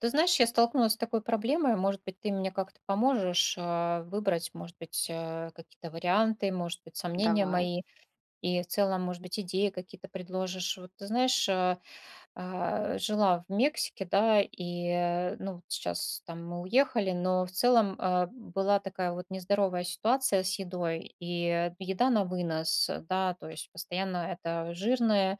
Ты знаешь, я столкнулась с такой проблемой. Может быть, ты мне как-то поможешь выбрать, может быть, какие-то варианты, может быть, сомнения Давай, мои, и в целом, может быть, идеи какие-то предложишь. Вот ты знаешь, жила в Мексике, да, и ну, вот сейчас там мы уехали, но в целом была такая вот нездоровая ситуация с едой, и еда на вынос, да, то есть постоянно это жирное,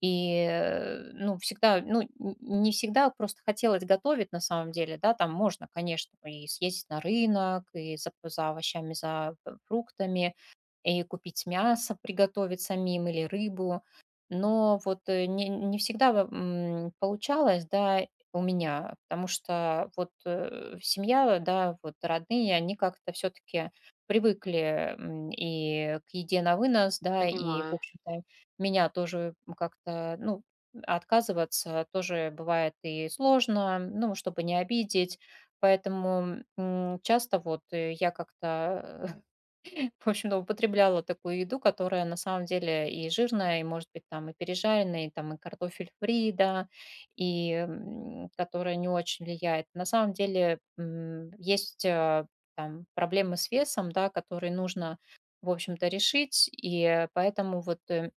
ну, всегда, не всегда просто хотелось готовить на самом деле, да, там можно, конечно, и съездить на рынок, и за овощами, за фруктами, и купить мясо, приготовить самим или рыбу. Но вот не всегда получалось, да, у меня, потому что вот семья, да, вот родные, они как-то все-таки привыкли, и к еде на вынос, да, и, в понимаю. общем-то, меня тоже как-то, ну, отказываться тоже бывает и сложно, ну, чтобы не обидеть. Поэтому часто вот я как-то в общем-то, употребляла такую еду, которая на самом деле и жирная, и, может быть, там и пережаренная, и там и картофель фри, да, и которая не очень влияет. На самом деле есть там проблемы с весом, да, которые нужно, в общем-то, решить, и поэтому вот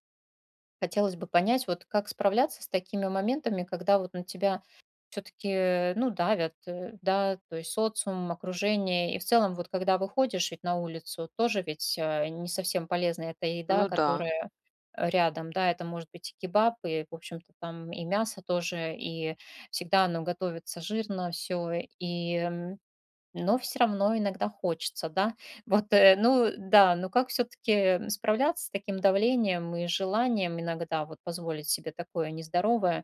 хотелось бы понять, вот как справляться с такими моментами, когда вот на тебя все-таки, ну, давят, да, то есть социум, окружение. И в целом, вот когда выходишь ведь на улицу, тоже ведь не совсем полезна эта еда, Ну да. которая рядом, да, это может быть и кебаб, и, в общем-то, там и мясо тоже, и всегда оно готовится жирно, все, и но все равно иногда хочется, да. Вот, ну да, ну как все таки справляться с таким давлением и желанием иногда вот позволить себе такое нездоровое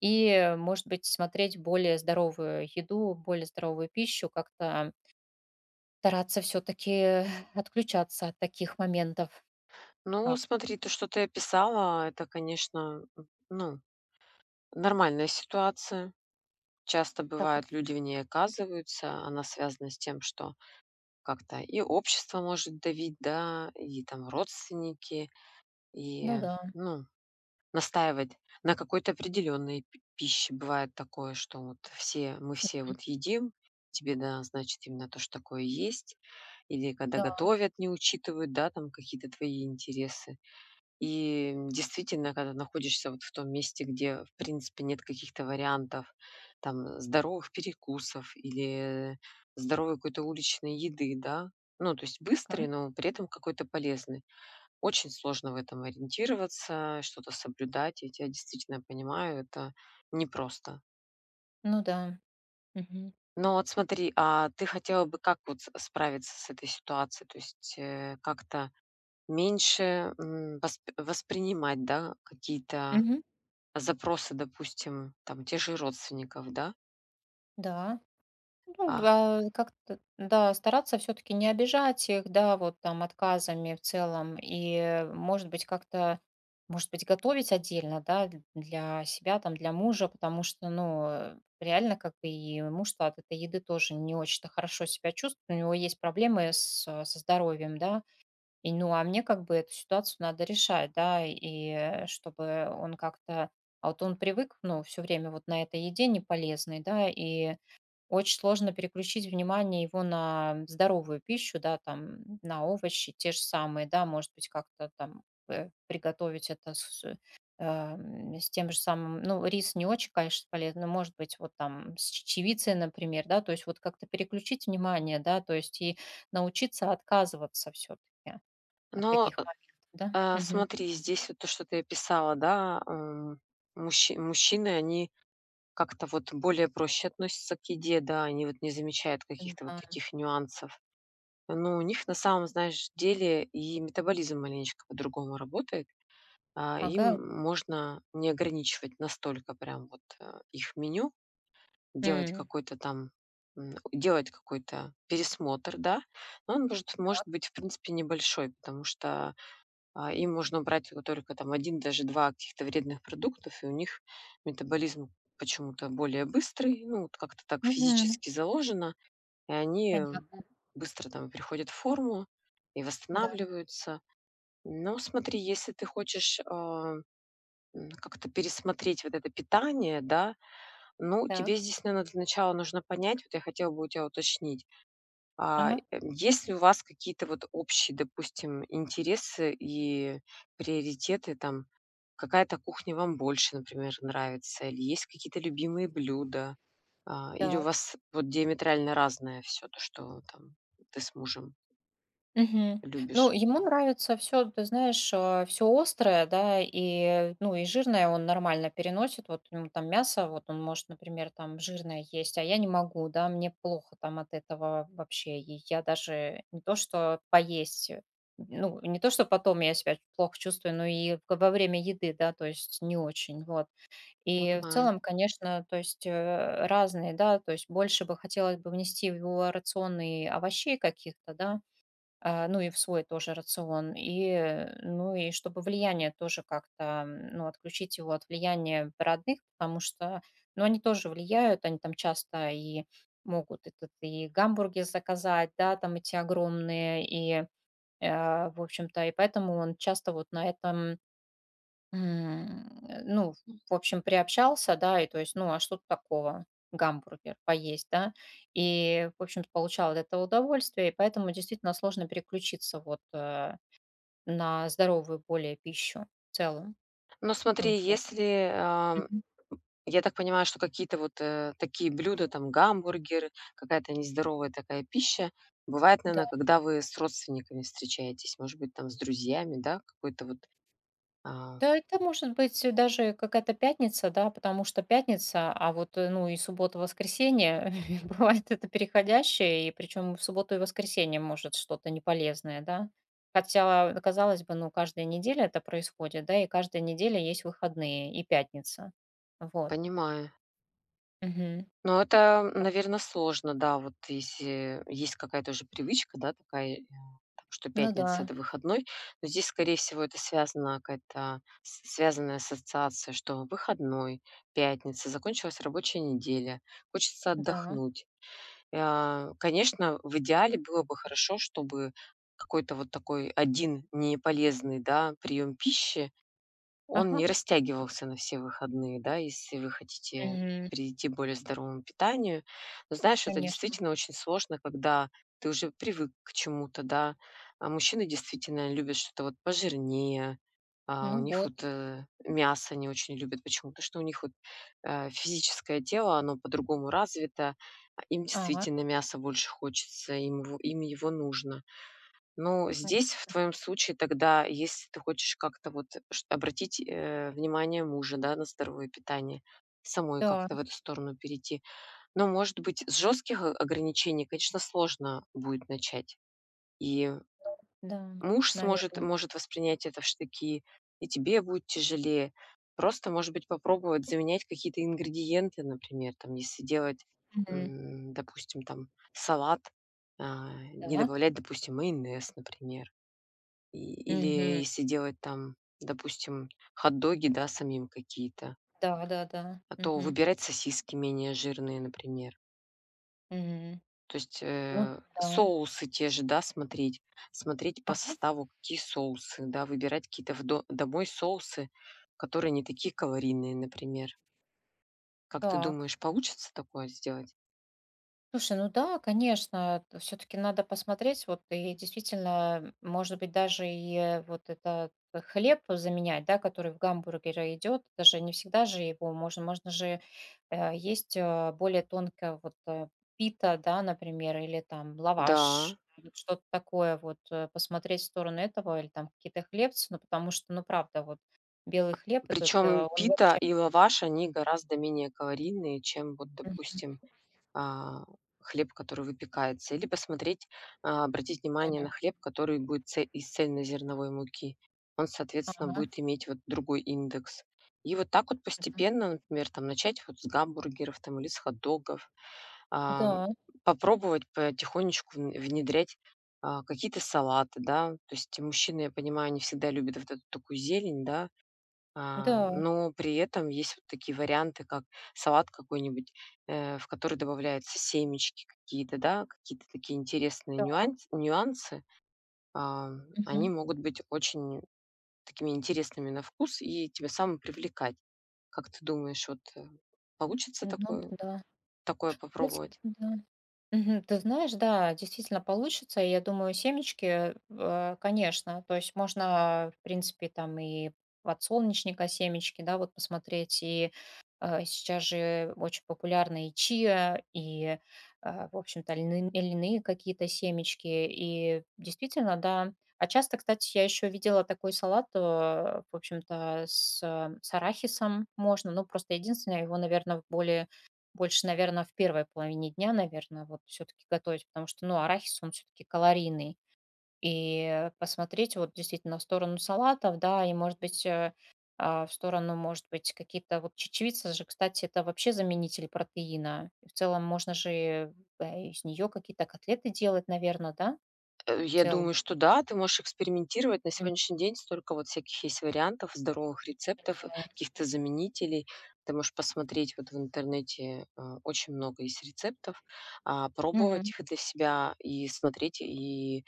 и, может быть, смотреть более здоровую еду, более здоровую пищу, как-то стараться все таки отключаться от таких моментов. Ну, Так, смотри, то, что ты описала, это, конечно, ну, нормальная ситуация. Часто так, бывает, люди в ней оказываются. Она связана с тем, что как-то и общество может давить, да, и там родственники, и, ну да, ну, настаивать на какой-то определенной п пище. Бывает такое, что вот все мы все вот едим, тебе, да, значит, именно то, что такое есть. Или когда да, готовят, не учитывают, да, там какие-то твои интересы. И действительно, когда находишься вот в том месте, где, в принципе, нет каких-то вариантов там здоровых перекусов или здоровой какой-то уличной еды, да. Ну, то есть быстрой, пока. но при этом какой-то полезный, очень сложно в этом ориентироваться, что-то соблюдать. Я тебя действительно понимаю, это непросто. Ну да. Мгм. Но вот смотри, а ты хотела бы как вот справиться с этой ситуацией? То есть как-то меньше воспринимать, да, какие-то Мгм. запросы, допустим, там, те же родственников, да? Да. Ну А, да, как-то, да, стараться все-таки не обижать их, да, вот там отказами в целом, и, может быть, как-то, может быть, готовить отдельно, да, для себя, там, для мужа, потому что, ну, реально, как бы и муж-то от этой еды тоже не очень-то хорошо себя чувствует, у него есть проблемы с, со здоровьем, да, и, ну, а мне как бы эту ситуацию надо решать, да, и чтобы он как-то, а вот он привык, ну, все время вот на этой еде неполезной, да, и очень сложно переключить внимание его на здоровую пищу, да, там, на овощи те же самые, да, может быть, как-то там приготовить это с, с тем же самым, ну, рис не очень, конечно, полезно, но, может быть, вот там с чечевицей, например, да, то есть вот как-то переключить внимание, да, то есть и научиться отказываться все-таки от но таких э, моментов, да. Мгм. смотри, здесь вот то, что ты описала, да, мужчины, они как-то вот более проще относятся к еде, да, они вот не замечают каких-то вот Да, таких нюансов. Но у них на самом, знаешь, деле и метаболизм маленечко по-другому работает. Им помогаю. можно не ограничивать настолько прям вот их меню, делать М. какой-то там, делать какой-то пересмотр, да, но он может, Так. может быть, в принципе, небольшой, потому что им можно брать вот только там один даже 2 каких-то вредных продуктов, и у них метаболизм почему-то более быстрый. Ну, вот как-то так Мгм. физически заложено, и они, Понятно, быстро там приходят в форму и да, восстанавливаются. Но смотри, если ты хочешь, как-то пересмотреть вот это питание, да, ну, так, тебе здесь, наверное, для начала нужно понять, вот я хотела бы у тебя уточнить, ага, есть ли у вас какие-то вот общие, допустим, интересы и приоритеты там? Какая-то кухня вам больше, например, нравится? Или есть какие-то любимые блюда? Или у так. вас вот диаметрально разное все то, что там ты с мужем Мгм. Ну, любишь? ему нравится все ты знаешь, все острое, да, и, ну, и жирное он нормально переносит. Вот ему там мясо, вот он может, например, там жирное есть, а я не могу, да, мне плохо там от этого вообще. И я даже не то что поесть, ну, не то что потом я себя плохо чувствую, но и в во время еды, да, то есть не очень, вот. И в Понимаю. целом, конечно, то есть, разные, да, то есть больше бы хотелось бы внести в его рацион и овощей каких-то, да, ну и в свой тоже рацион, и, ну и чтобы влияние тоже как-то, ну, отключить его от влияния родных, потому что, ну, они тоже влияют, они там часто и могут этот и гамбургер заказать, да, там эти огромные, и, в общем-то, и поэтому он часто вот на этом ну, в общем, приобщался, да, и то есть, ну, а что тут такого? Гамбургер поесть, да? И, в общем-то, получал от этого удовольствие, и поэтому действительно сложно переключиться вот на здоровую более пищу в целом. Ну, смотри, Вот. если, Мгм. я так понимаю, что какие-то вот, такие блюда, там гамбургеры, какая-то нездоровая такая пища, бывает, наверное, когда вы с родственниками встречаетесь, может быть, там с друзьями, да, какой-то вот, а, Да, это может быть даже какая-то пятница, да, потому что пятница, а вот, ну, и суббота, воскресенье, бывает это переходящее, и причем в субботу и воскресенье может что-то неполезное, да. Хотя, казалось бы, ну, каждая неделя это происходит, да, и каждая неделя есть выходные и пятница. Вот. понимаю. Мгм. Ну, это, наверное, сложно, да. Вот если есть какая-то уже привычка, да, такая, так что Ну да, пятница — это выходной. Но здесь, скорее всего, это связано какая-то с связанная ассоциация, что выходной, пятница, закончилась рабочая неделя, хочется да. отдохнуть. А, конечно, в идеале было бы хорошо, чтобы какой-то вот такой один неполезный, да, прием пищи, он Ага. не растягивался на все выходные, да, если вы хотите Мгм. перейти к более здоровому питанию. Но знаешь, это Конечно. действительно очень сложно, когда ты уже привык к чему-то, да. А мужчины действительно любят что-то вот пожирнее, а у Ну них вот. вот мясо не очень любят почему-то, что у них вот физическое тело, оно по-другому развито, а им Ага, действительно мясо больше хочется, им его нужно. Ну, здесь в понятно. твоем случае тогда, если ты хочешь как-то вот обратить внимание мужа, да, на здоровое питание, самой Да, как-то в эту сторону перейти. Но, может быть, с жестких ограничений, конечно, сложно будет начать. И да, муж сможет, наверное. может воспринять это в штыки, и тебе будет тяжелее. Просто, может быть, попробовать заменять какие-то ингредиенты, например, там, если делать, Мгм. Допустим, там салат, не Да. добавлять, допустим, майонез, например, и или Мгм. если делать там, допустим, хот-доги, да, самим какие-то, Да, да, да. а то Мгм. выбирать сосиски менее жирные, например. Мгм. То есть, Ну да. соусы те же, да, смотреть, смотреть по Ага, составу, какие соусы, да, выбирать какие-то в до домой соусы, которые не такие калорийные, например. Как ты так. думаешь, получится такое сделать? Слушай, ну да, конечно, все-таки надо посмотреть, вот и действительно, может быть, даже и вот этот хлеб заменять, да, который в гамбургере идет, даже не всегда же его можно, можно же есть более тонкое вот пита, да, например, или там Да, лаваш, вот что-то такое, вот посмотреть в сторону этого, или там какие-то хлебцы, ну потому что, ну правда, вот белый хлеб этот, причем он пита вообще. и лаваш, они гораздо менее калорийные, чем вот, допустим, а, хлеб, который выпекается, или посмотреть, обратить внимание Мгм. на хлеб, который будет из цельнозерновой муки. Он, соответственно, Ага, будет иметь вот другой индекс. И вот так вот да. постепенно, например, там начать вот с гамбургеров там, или с хот-догов, а, Да, попробовать потихонечку внедрять какие-то салаты, да, то есть мужчины, я понимаю, не всегда любят вот эту такую зелень, да, да, но при этом есть вот такие варианты, как салат какой-нибудь, в который добавляются семечки какие-то, да, какие-то такие интересные так. Нюансы. А, Мгм. они могут быть очень такими интересными на вкус и тебя самым привлекать. Как ты думаешь, вот, получится Ну да. такое Кстати, попробовать? да. Мгм. Ты знаешь, да, действительно получится. И я думаю, семечки, конечно, то есть можно, в принципе, там и подсолнечника семечки, да, вот посмотреть. И сейчас же очень популярны и чиа, и, в общем-то, льняные какие-то семечки. И действительно, да. А часто, кстати, я еще видела такой салат, в общем-то, с арахисом можно. Ну, просто единственное, его, наверное, более больше, наверное, в первой половине дня, наверное, вот все таки готовить, потому что, ну, арахис, он все таки калорийный. И посмотреть вот действительно в сторону салатов, да, и, может быть, в сторону, может быть, какие-то вот чечевица же, кстати, это вообще заменитель протеина. И в целом можно же, из нее какие-то котлеты делать, наверное, да, в Я целом? думаю, что да, ты можешь экспериментировать. На Мгм. сегодняшний день столько вот всяких есть вариантов, здоровых рецептов, каких-то заменителей. Ты можешь посмотреть вот в интернете, очень много есть рецептов, пробовать Мгм. их для себя и смотреть, и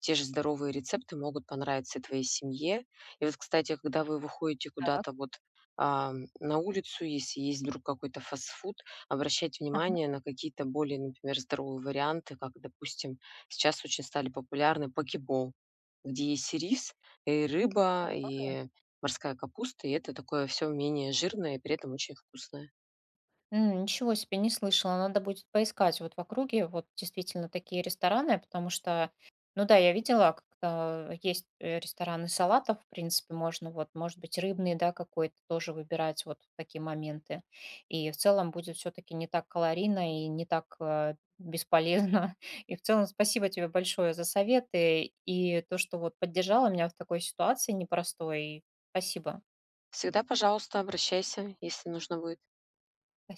те же здоровые рецепты могут понравиться и твоей семье. И вот, кстати, когда вы выходите Так. куда-то вот, а, на улицу, если есть вдруг какой-то фастфуд, обращать Ага. внимание на какие-то более, например, здоровые варианты, как, допустим, сейчас очень стали популярны покебол, где есть и рис, и рыба, и морская капуста, и это такое все менее жирное и при этом очень вкусное. М, ничего себе, не слышала. Надо будет поискать вот в округе вот действительно такие рестораны, потому что, ну да, я видела, как-то есть рестораны салатов, в принципе, можно вот, может быть, рыбный, да, какой-то тоже выбирать вот в такие моменты. И в целом будет все-таки не так калорийно и не так бесполезно. И в целом спасибо тебе большое за советы и то, что вот поддержала меня в такой ситуации непростой. Спасибо. Всегда, пожалуйста, обращайся, если нужно будет.